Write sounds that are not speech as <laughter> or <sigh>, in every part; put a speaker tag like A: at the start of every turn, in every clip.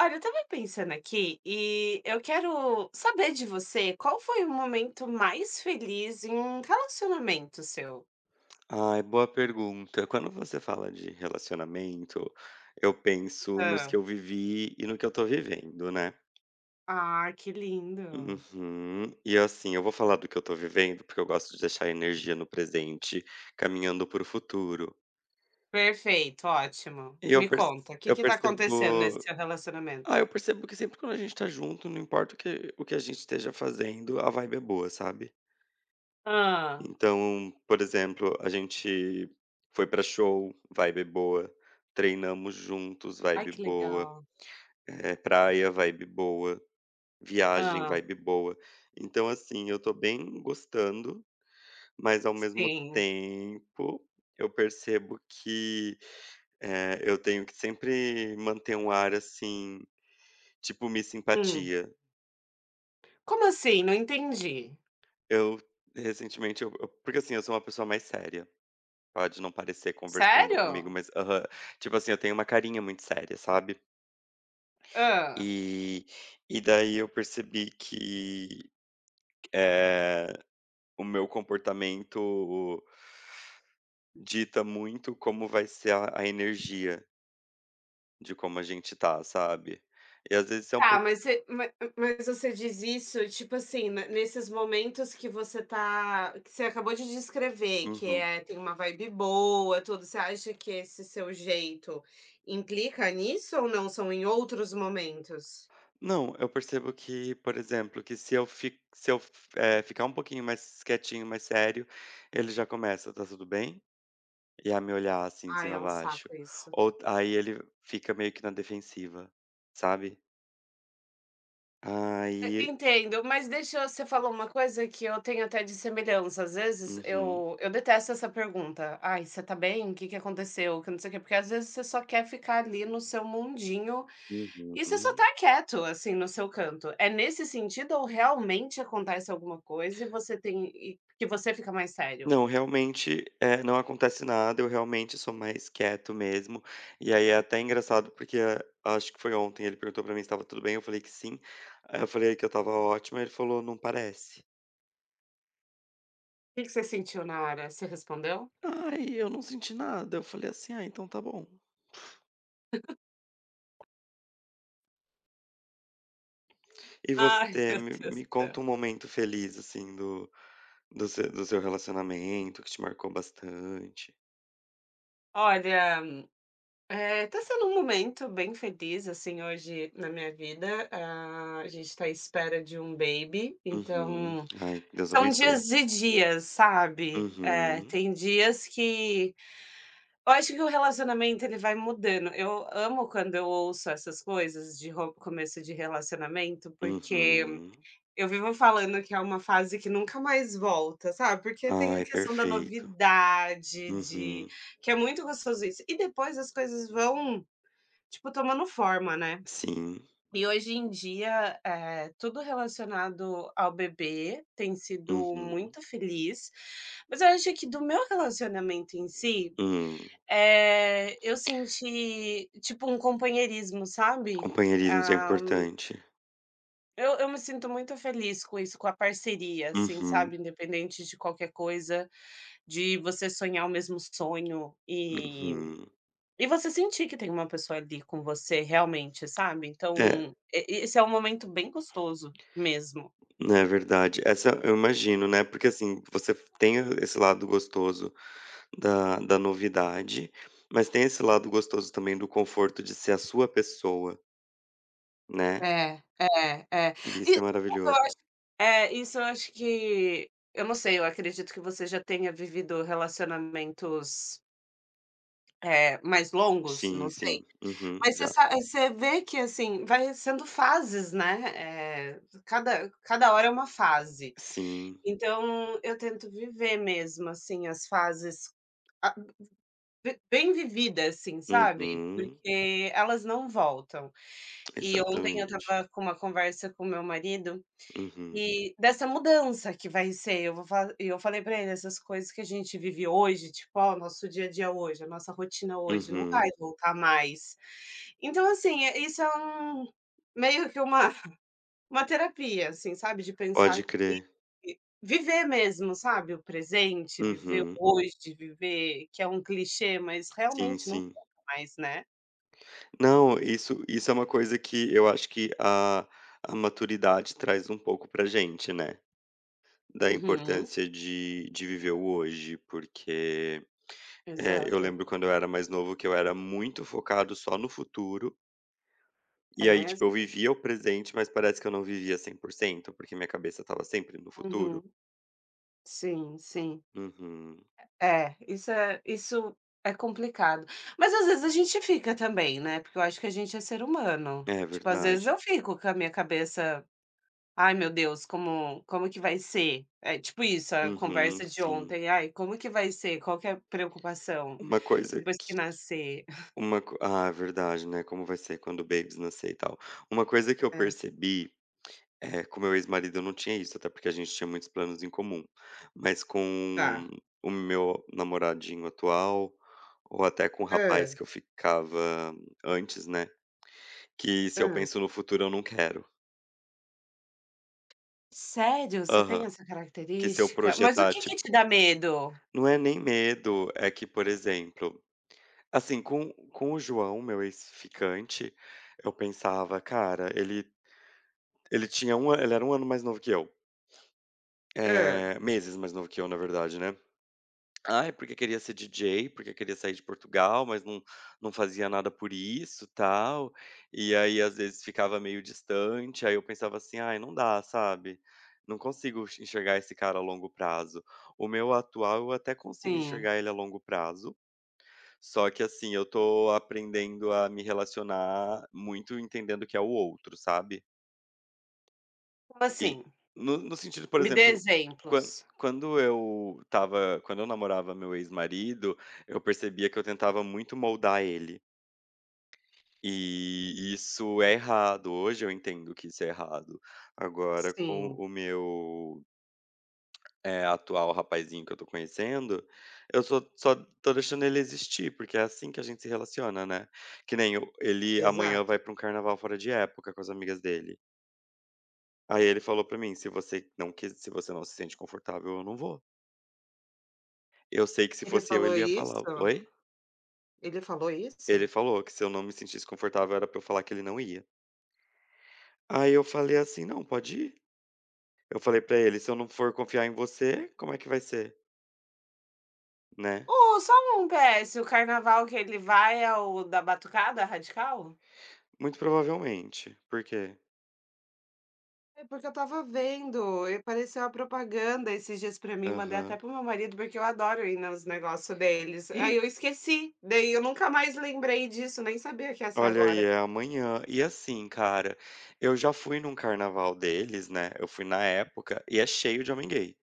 A: Olha, eu estava pensando aqui e eu quero saber de você, qual foi o momento mais feliz em um relacionamento seu?
B: Ai, boa pergunta. Quando você fala de relacionamento, eu penso nos que
A: Hã.
B: eu vivi e no que eu tô vivendo, né.
A: Ah, que lindo.
B: Uhum. E assim, eu vou falar do que eu tô vivendo, porque eu gosto de deixar a energia no presente, caminhando para o futuro.
A: Perfeito, ótimo.
B: E eu
A: Me
B: perce
A: conta, o que
B: eu
A: que tá
B: percebo
A: acontecendo nesse seu relacionamento?
B: ah, eu percebo que sempre quando a gente tá junto, não importa o que a gente esteja fazendo, a vibe é boa, sabe.
A: Ah.
B: Então, por exemplo, a gente foi pra show, vibe boa, treinamos juntos,
A: Ai,
B: vibe
A: que
B: boa.
A: legal.
B: É, praia, vibe boa, viagem,
A: Ah.
B: vibe boa. Então, assim, eu tô bem gostando, mas ao mesmo
A: Sim.
B: tempo eu percebo que eu tenho que sempre manter um ar assim, tipo me
A: Hum.
B: simpatia.
A: Como assim? Não entendi.
B: Eu recentemente, eu- porque assim, eu sou uma pessoa mais séria. Pode não parecer conversando comigo,
A: Sério?
B: mas aham, tipo assim, eu tenho uma carinha muito séria, sabe?
A: Hã.
B: E, e daí eu percebi que eh, O meu comportamento dita muito como vai ser a energia de como a gente tá, sabe. E às vezes é um
A: Tá,
B: pouco.
A: mas você diz isso, tipo assim, ne nesses momentos que você acabou de descrever, que
B: Uhum.
A: é tem uma vibe boa, tudo, você acha que esse seu jeito implica nisso ou não? São em outros momentos?
B: Não, eu percebo que, por exemplo, que se eu ficar um pouquinho mais quietinho, mais sério, ele já começa: "Tá tudo bem?" E a me olhar assim, de
A: Ai,
B: cima
A: é
B: a
A: um
B: baixo.
A: saco isso.
B: Ou aí ele fica meio que na defensiva, sabe.
A: E
B: Aí.
A: entendo, mas você falou uma coisa que eu tenho até de semelhança, às vezes
B: Uhum,
A: eu detesto essa pergunta: "Ai, você tá bem? O que que aconteceu?", que não sei o quê, porque às vezes você só quer ficar ali no seu mundinho. E você só
B: uhum.
A: tá quieto, assim, no seu canto. É nesse sentido ou realmente acontece alguma coisa e você tem e que você fica mais sério? O
B: Não, realmente, não acontece nada, eu realmente sou mais quieto mesmo. E aí é até engraçado porque, acho que foi ontem, ele perguntou pra mim se estava tudo bem, eu falei que sim. Aí eu falei que eu estava ótimo, ele falou: "Não parece".
A: que que você sentiu na hora? Você respondeu?
B: "Ai, eu não senti nada". Eu falei assim: "Ah, então tá bom". E
A: Ai, <laughs>
B: você,
A: meu
B: me
A: Deus do
B: me
A: céu.
B: conta um momento feliz, assim, do do se do seu relacionamento que te marcou bastante.
A: Olha, tá sendo um momento bem feliz, assim, hoje na minha vida. Ah, a gente tá à espera de um baby,
B: Uhum.
A: então
B: Ai, Deus
A: são
B: abençoe.
A: dias e dias, sabe? Eh,
B: Uhum,
A: tem dias que Eu acho que o relacionamento ele vai mudando. Eu amo quando eu ouço essas coisas de ro começo de relacionamento, porque
B: uhum.
A: eu vivo falando que é uma fase que nunca mais volta, sabe, porque tem a
B: Ai,
A: questão da
B: perfeito.
A: novidade, de
B: Uhum.
A: que é muito gostoso isso. E depois as coisas vão, tipo, tomando forma, né.
B: Sim.
A: E hoje em dia, tudo relacionado ao bebê tem sido
B: Uhum.
A: muito feliz, mas eu acho que do meu relacionamento em si,
B: Hum.
A: eu senti, tipo, um companheirismo, sabe?
B: Companheirismo, isso é
A: Ah,
B: importante.
A: eu me sinto muito feliz com isso, com a parceria, assim, sabe,
B: Uhum,
A: independente de qualquer coisa, de você sonhar o mesmo sonho
B: uhum.
A: e você sentir que tem uma pessoa ali com você realmente, sabe? Então,
B: É,
A: esse é um momento bem gostoso mesmo.
B: né, é verdade. Essa eu imagino, né, porque, assim, você tem esse lado gostoso da novidade, mas tem esse lado gostoso também do conforto de ser a sua pessoa, né,
A: É, é, é.
B: e
A: E
B: isso é
A: eu
B: maravilhoso.
A: acho, é, isso eu acho que eu não sei, eu acredito que você já tenha vivido relacionamentos, é, mais longos, não
B: Sim, sim.
A: sei.
B: Uhum,
A: Mas você
B: já.
A: sa você vê que, assim, vai sendo fases, né, cada hora é uma fase.
B: Sim.
A: Então eu tento viver mesmo, assim, as fases, a be bem vividas, assim, sabe,
B: Uhum.
A: porque elas não voltam. E ontem eu
B: Exatamente.
A: estava com uma conversa com meu marido,
B: Uhum,
A: e dessa mudança que vai ser, eu vou fa e eu falei para ele: "Essas coisas que a gente vive hoje, tipo, ó, o nosso dia a dia hoje, a nossa rotina hoje, não
B: uhum.
A: vai voltar mais". Então, assim, isso é meio que uma <laughs> uma terapia, assim, sabe, de pensar
B: Pode
A: que
B: crer.
A: viver mesmo, sabe, o presente, viver
B: Uhum.
A: o hoje, viver que é um clichê, mas
B: Sim,
A: realmente não
B: sim.
A: volta mais, né.
B: Não, isso é uma coisa que eu acho que a maturidade traz um pouco pra gente, né, da
A: Uhum,
B: importância de viver o hoje, porque, eu
A: exato.
B: lembro quando eu era mais novo que eu era muito focado só no futuro,
A: É
B: e aí, tipo, eu
A: mesmo?
B: vivia o presente, mas parece que eu não vivia 100% porque minha cabeça tava sempre no
A: Uhum.
B: futuro.
A: Sim, sim.
B: Uhum.
A: É, isso é. Isso é complicado. Mas às vezes a gente fica também, né, porque eu acho que a gente é ser humano.
B: É
A: Tipo, às vezes
B: verdade.
A: eu fico com a minha cabeça. Ai meu Deus, como que vai ser? É tipo isso, a
B: Uhum,
A: conversa de
B: sim.
A: ontem, "Ai, como que vai ser? Qual que é a preocupação
B: Uma coisa
A: depois que
B: que
A: nascer?"
B: uma co ah, é verdade, né, como vai ser quando o Babys nascer e tal. Uma coisa que eu
A: É,
B: percebi. É, com meu ex-marido eu não tinha isso, até porque a gente tinha muitos planos em comum. Mas com
A: tá.
B: o meu namoradinho atual, ou até com o rapaz
A: Hã,
B: que eu ficava antes, né, que se eu
A: hã.
B: penso no futuro eu não quero.
A: Sério? Você tem
B: Aham.
A: essa
B: Que se eu
A: característica? Mas o
B: projetar,
A: que que te
B: tipo,
A: dá medo?
B: não é nem medo, é que, por exemplo, assim, com o João, meu ex-ficante, eu pensava: "Cara, ele tinha ele era um ano mais novo que eu".
A: Hã.
B: Eh, meses mais novo que eu, na verdade, né. Ai, porque queria ser DJ, porque queria sair de Portugal, mas não fazia nada por isso, tal. E aí, às vezes, ficava meio distante, aí eu pensava assim: "Ai, não dá, sabe, não consigo enxergar esse cara a longo prazo". O meu atual, eu até consigo
A: Sim.
B: enxergar ele a longo prazo, só que, assim, eu tô aprendendo a me relacionar muito entendendo que é o outro, sabe?
A: Como
B: E
A: assim?
B: no sentido, por
A: Me dê
B: exemplo, quan
A: exemplos.
B: quando eu namorava meu ex-marido, eu percebia que eu tentava muito moldar ele, e isso é errado. Hoje eu entendo que isso é errado. Agora com
A: Sim,
B: o meu, atual rapazinho que eu tô conhecendo, eu só tô deixando ele existir, porque é assim que a gente se relaciona, né. Que nem o ele amanhã
A: exato.
B: vai pra um carnaval fora de época com as amigas dele. Aí ele falou pra mim: Se você não se sente confortável, eu não vou". Eu sei que se
A: Ele
B: fosse eu,
A: falou
B: ele ia
A: isso?
B: falar: "Oi?".
A: Ele falou
B: Ele
A: isso?
B: falou que se eu não me sentisse confortável, era pra eu falar que ele não ia. Aí eu falei assim: "Não, pode ir". Eu falei pra ele: "Se eu não for confiar em você, como é que vai ser?", né.
A: Oh, só um PS, o carnaval que ele vai é o da batucada radical?
B: Muito provavelmente. Por quê?
A: É porque eu estava vendo, e apareceu a propaganda esses dias pra mim, mandei até
B: Aham.
A: pro meu marido, porque eu adoro ir nos negócios deles. Aí
B: E
A: eu esqueci, daí eu nunca mais lembrei disso, nem sabia que ia ser
B: olha aí,
A: agora.
B: é amanhã. E assim, cara, eu já fui num carnaval deles, né, eu fui na época, e é cheio de homem gay.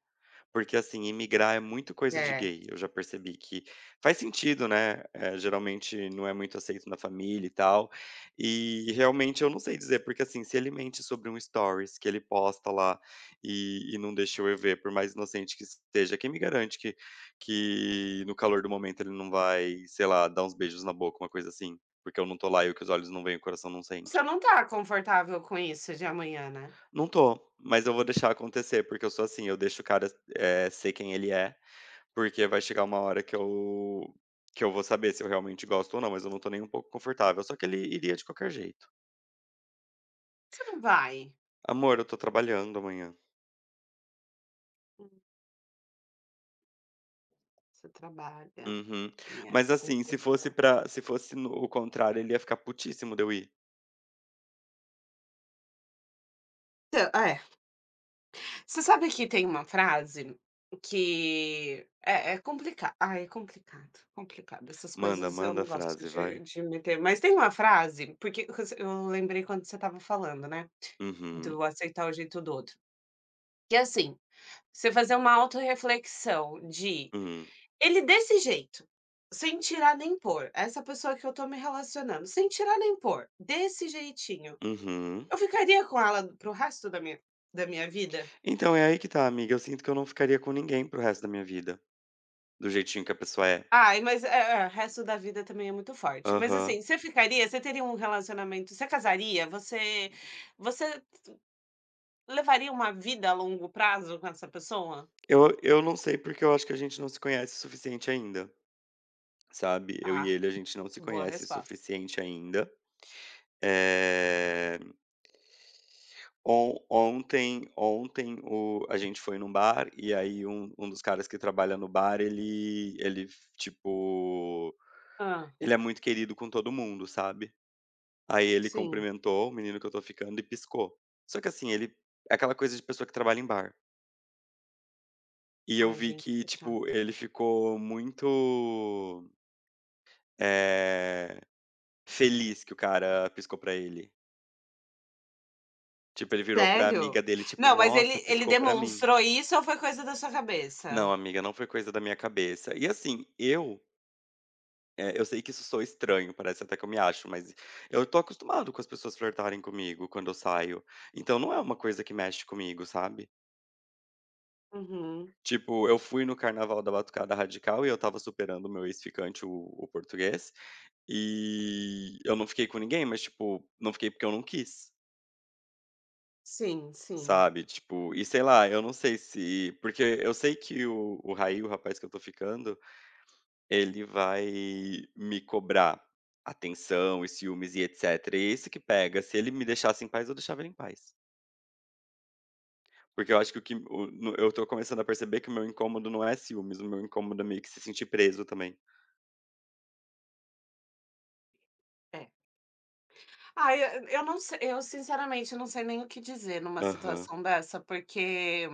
B: Porque, assim, imigrar é muito coisa de
A: É.
B: gay, eu já percebi que faz sentido, né, eh, geralmente não é muito aceito na família e tal, e realmente eu não sei dizer, porque, assim, se ele mente sobre um stories que ele posta lá e não deixa eu ver, por mais inocente que seja, quem me garante que no calor do momento ele não vai, sei lá, dar uns beijos na boca, uma coisa assim, porque eu não tô lá e o que os olhos não veem, o coração não sente.
A: Você não tá confortável com isso de amanhã, né?
B: Não tô, mas eu vou deixar acontecer, porque eu sou assim, eu deixo o cara, é ser quem ele é, porque vai chegar uma hora que eu vou saber se eu realmente gosto ou não, mas eu não tô nem um pouco confortável, só que ele iria de qualquer jeito.
A: Você não vai.
B: "Amor, eu tô trabalhando amanhã".
A: Hum, você trabalha,
B: Uhum.
A: tem
B: Mas,
A: essa
B: assim,
A: questão.
B: se fosse no o contrário, ele ia ficar putíssimo de eu ir.
A: Então, é. Você sabe que tem uma frase que é é complicado, complicado. Essas
B: "Manda,
A: coisas eu
B: manda
A: não
B: a
A: gosto
B: frase,
A: de
B: vai".
A: de meter, mas tem uma frase, porque você eu lembrei quando você estava falando, né,
B: Uhum.
A: do aceitar o jeito do outro, que é assim, você fazer uma autorreflexão de:
B: Hum.
A: "Ele desse jeito, sem tirar nem pôr, essa pessoa que eu tô me relacionando, sem tirar nem pôr, desse jeitinho,
B: Uhum.
A: eu ficaria com ela pro resto da minha vida?"
B: Então, é aí que tá, amiga, eu sinto que eu não ficaria com ninguém para o resto da minha vida, do jeitinho que a pessoa é.
A: Ai, mas é é, o resto da vida também é muito forte. Mas
B: Aham.
A: assim, você ficaria você teria um relacionamento você casaria? Você você levaria uma vida a longo prazo com essa pessoa?
B: Eu não sei, porque eu acho que a gente não se conhece o suficiente ainda. Sabe, eu e
A: Tá,
B: ele a gente não se
A: boa
B: conhece o
A: resposta.
B: suficiente ainda. Eh, on ontem Ontem o a gente foi num bar e aí um dos caras que trabalha no bar ele tipo,
A: Ah,
B: ele é muito querido com todo mundo, sabe. Aí ele
A: sim.
B: cumprimentou o menino que eu tô ficando e piscou. Só que assim, ele é aquela coisa de pessoa que trabalha em bar. E eu
A: Ai,
B: vi
A: gente,
B: que,
A: que
B: tipo,
A: chato.
B: ele ficou muito, eh, feliz que o cara piscou pra ele. Tipo, ele virou pra
A: Sério?
B: amiga dele, tipo:
A: Não, mas ele
B: "Nossa,
A: ele
B: piscou pra mim".
A: demonstrou isso ou foi coisa da sua cabeça?
B: "Não, amiga, não foi coisa da minha cabeça". E assim, eu sei que isso soa estranho, parece até que eu me acho, mas eu tô acostumado com as pessoas flertarem comigo quando eu saio, então não é uma coisa que mexe comigo, sabe.
A: Uhum.
B: Tipo, eu fui no carnaval da Batucada Radical e eu estava superando o meu ex-ficante, o português, e eu não fiquei com ninguém, mas tipo, não fiquei porque eu não quis.
A: Sim, sim.
B: Sabe, tipo, e sei lá, eu não sei se porque eu sei que o Raí, o rapaz que eu tô ficando, ele vai me cobrar atenção e ciúmes e etcétera, e é isso que pega, se ele me deixasse em paz, eu deixava ele em paz. Porque eu acho que o no eu tô começando a perceber que o meu incômodo não é ciúmes, o meu incômodo é meio que se sentir preso também.
A: É. Ah, eu não sei, eu sinceramente não sei nem o que dizer numa
B: Aham.
A: situação dessa, porque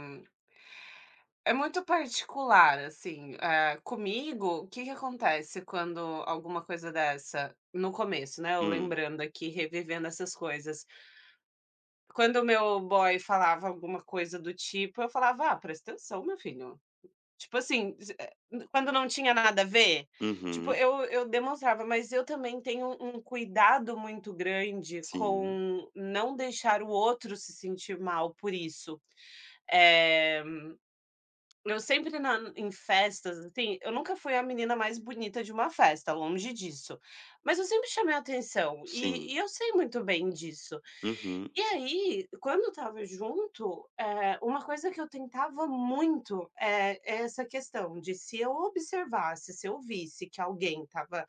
A: é muito particular, assim, comigo, o que que acontece quando alguma coisa dessa no começo, né, eu
B: Hum.
A: lembrando aqui, revivendo essas coisas. Quando o meu boy falava alguma coisa do tipo, eu falava: "Ah, presta atenção, meu filho". Tipo assim, se eh, quando não tinha nada a ver, tipo,
B: Uhum.
A: eu demonstrava, mas eu também tenho um cuidado muito grande
B: Sim.
A: com não deixar o outro se sentir mal por isso. Eh eu sempre na em festas, assim, eu nunca fui a menina mais bonita de uma festa, longe disso, mas eu sempre chamei a atenção e
B: Sim.
A: e eu sei muito bem disso.
B: Uhum.
A: E aí, quando eu tava junto, uma coisa que eu tentava muito, é essa questão de se eu observasse, se eu visse que alguém tava,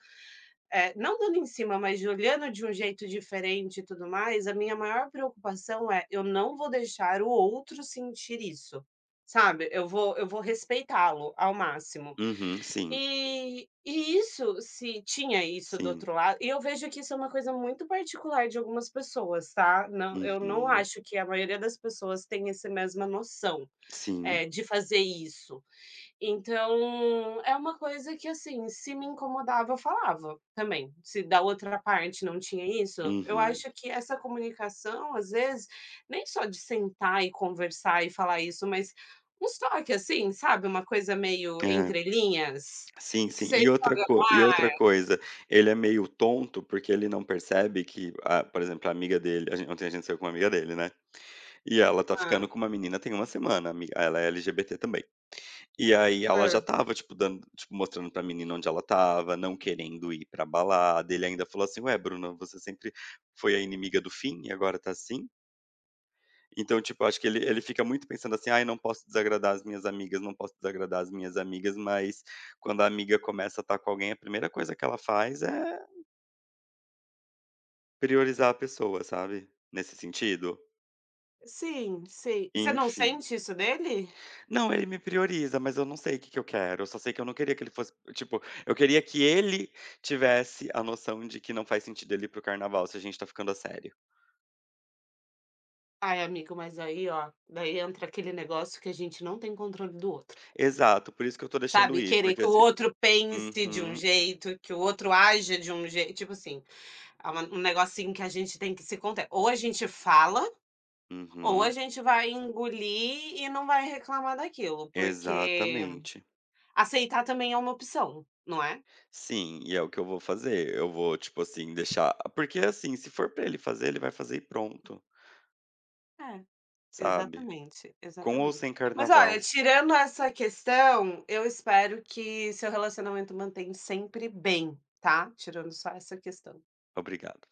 A: não dando em cima, mas de olhando de um jeito diferente e tudo mais, a minha maior preocupação é: eu não vou deixar o outro sentir isso. Sabe, eu vou respeitá-lo ao máximo.
B: Uhum. Sim.
A: E isso se tinha isso do
B: Sim.
A: outro lado e eu vejo que isso é uma coisa muito particular de algumas pessoas, tá. Não, eu não
B: Uhum.
A: acho que a maioria das pessoas tem essa mesma noção,
B: Sim.
A: de fazer isso. Então, é uma coisa que, assim, se me incomodava, eu falava também. Se da outra parte não tinha isso, eu
B: Uhum.
A: acho que essa comunicação, às vezes, nem só de sentar e conversar e falar isso, mas um toque assim, sabe, uma coisa meio
B: É.
A: entre linhas,
B: Sim,
A: que
B: sim.
A: você joga no
B: E
A: ar.
B: outra coisa, ele é meio tonto, porque ele não percebe que a por exemplo, a amiga dele a gen ontem a gente saiu com uma amiga dele, né, e ela tá ficando com uma menina tem uma semana, a ami ela é LGBT também. E aí ela já
A: Hã.
B: estava, tipo, dando tipo, mostrando pra menina onde ela estava, não querendo ir pra balada, ele ainda falou assim: "Ué, Bruna, você sempre foi a inimiga do fim e agora tá assim?" Então, tipo, acho que ele fica muito pensando assim: "Ai, não posso desagradar as minhas amigas, não posso desagradar as minhas amigas", mas quando a amiga começa a estar com alguém, a primeira coisa que ela faz é priorizar a pessoa, sabe, nesse sentido.
A: Sim, sim. Você não
B: Enfim.
A: sente isso dele?
B: Não, ele me prioriza, mas eu não sei o que que eu quero, eu só sei que eu não queria que ele fosse tipo, eu queria que ele tivesse a noção de que não faz sentido ele ir pro carnaval se a gente tá ficando a sério.
A: Ai, amigo, mas aí, ó, daí entra aquele negócio que a gente não tem controle do outro.
B: Exato, por isso que eu tô deixando
A: Sabe,
B: ir,
A: querer
B: porque
A: que o
B: assim.
A: outro pense de um
B: Uhum,
A: jeito, que o outro aja de um jeito, tipo assim, é uma um negocinho que a gente tem que se contar. Ou a gente fala, ou a
B: uhum,
A: gente vai engolir e não vai reclamar daquilo, porque
B: exatamente.
A: aceitar também é uma opção, não é?
B: Sim, e é o que eu vou fazer. Eu vou, tipo assim, deixar porque, assim, se for pra ele fazer, ele vai fazer e pronto,
A: É,
B: sabe.
A: exatamente,
B: Com ou sem
A: exatamente. Mas olha,
B: carnaval.
A: tirando essa questão, eu espero que seu relacionamento mantenha sempre bem, tá, tirando só essa questão.
B: Obrigado.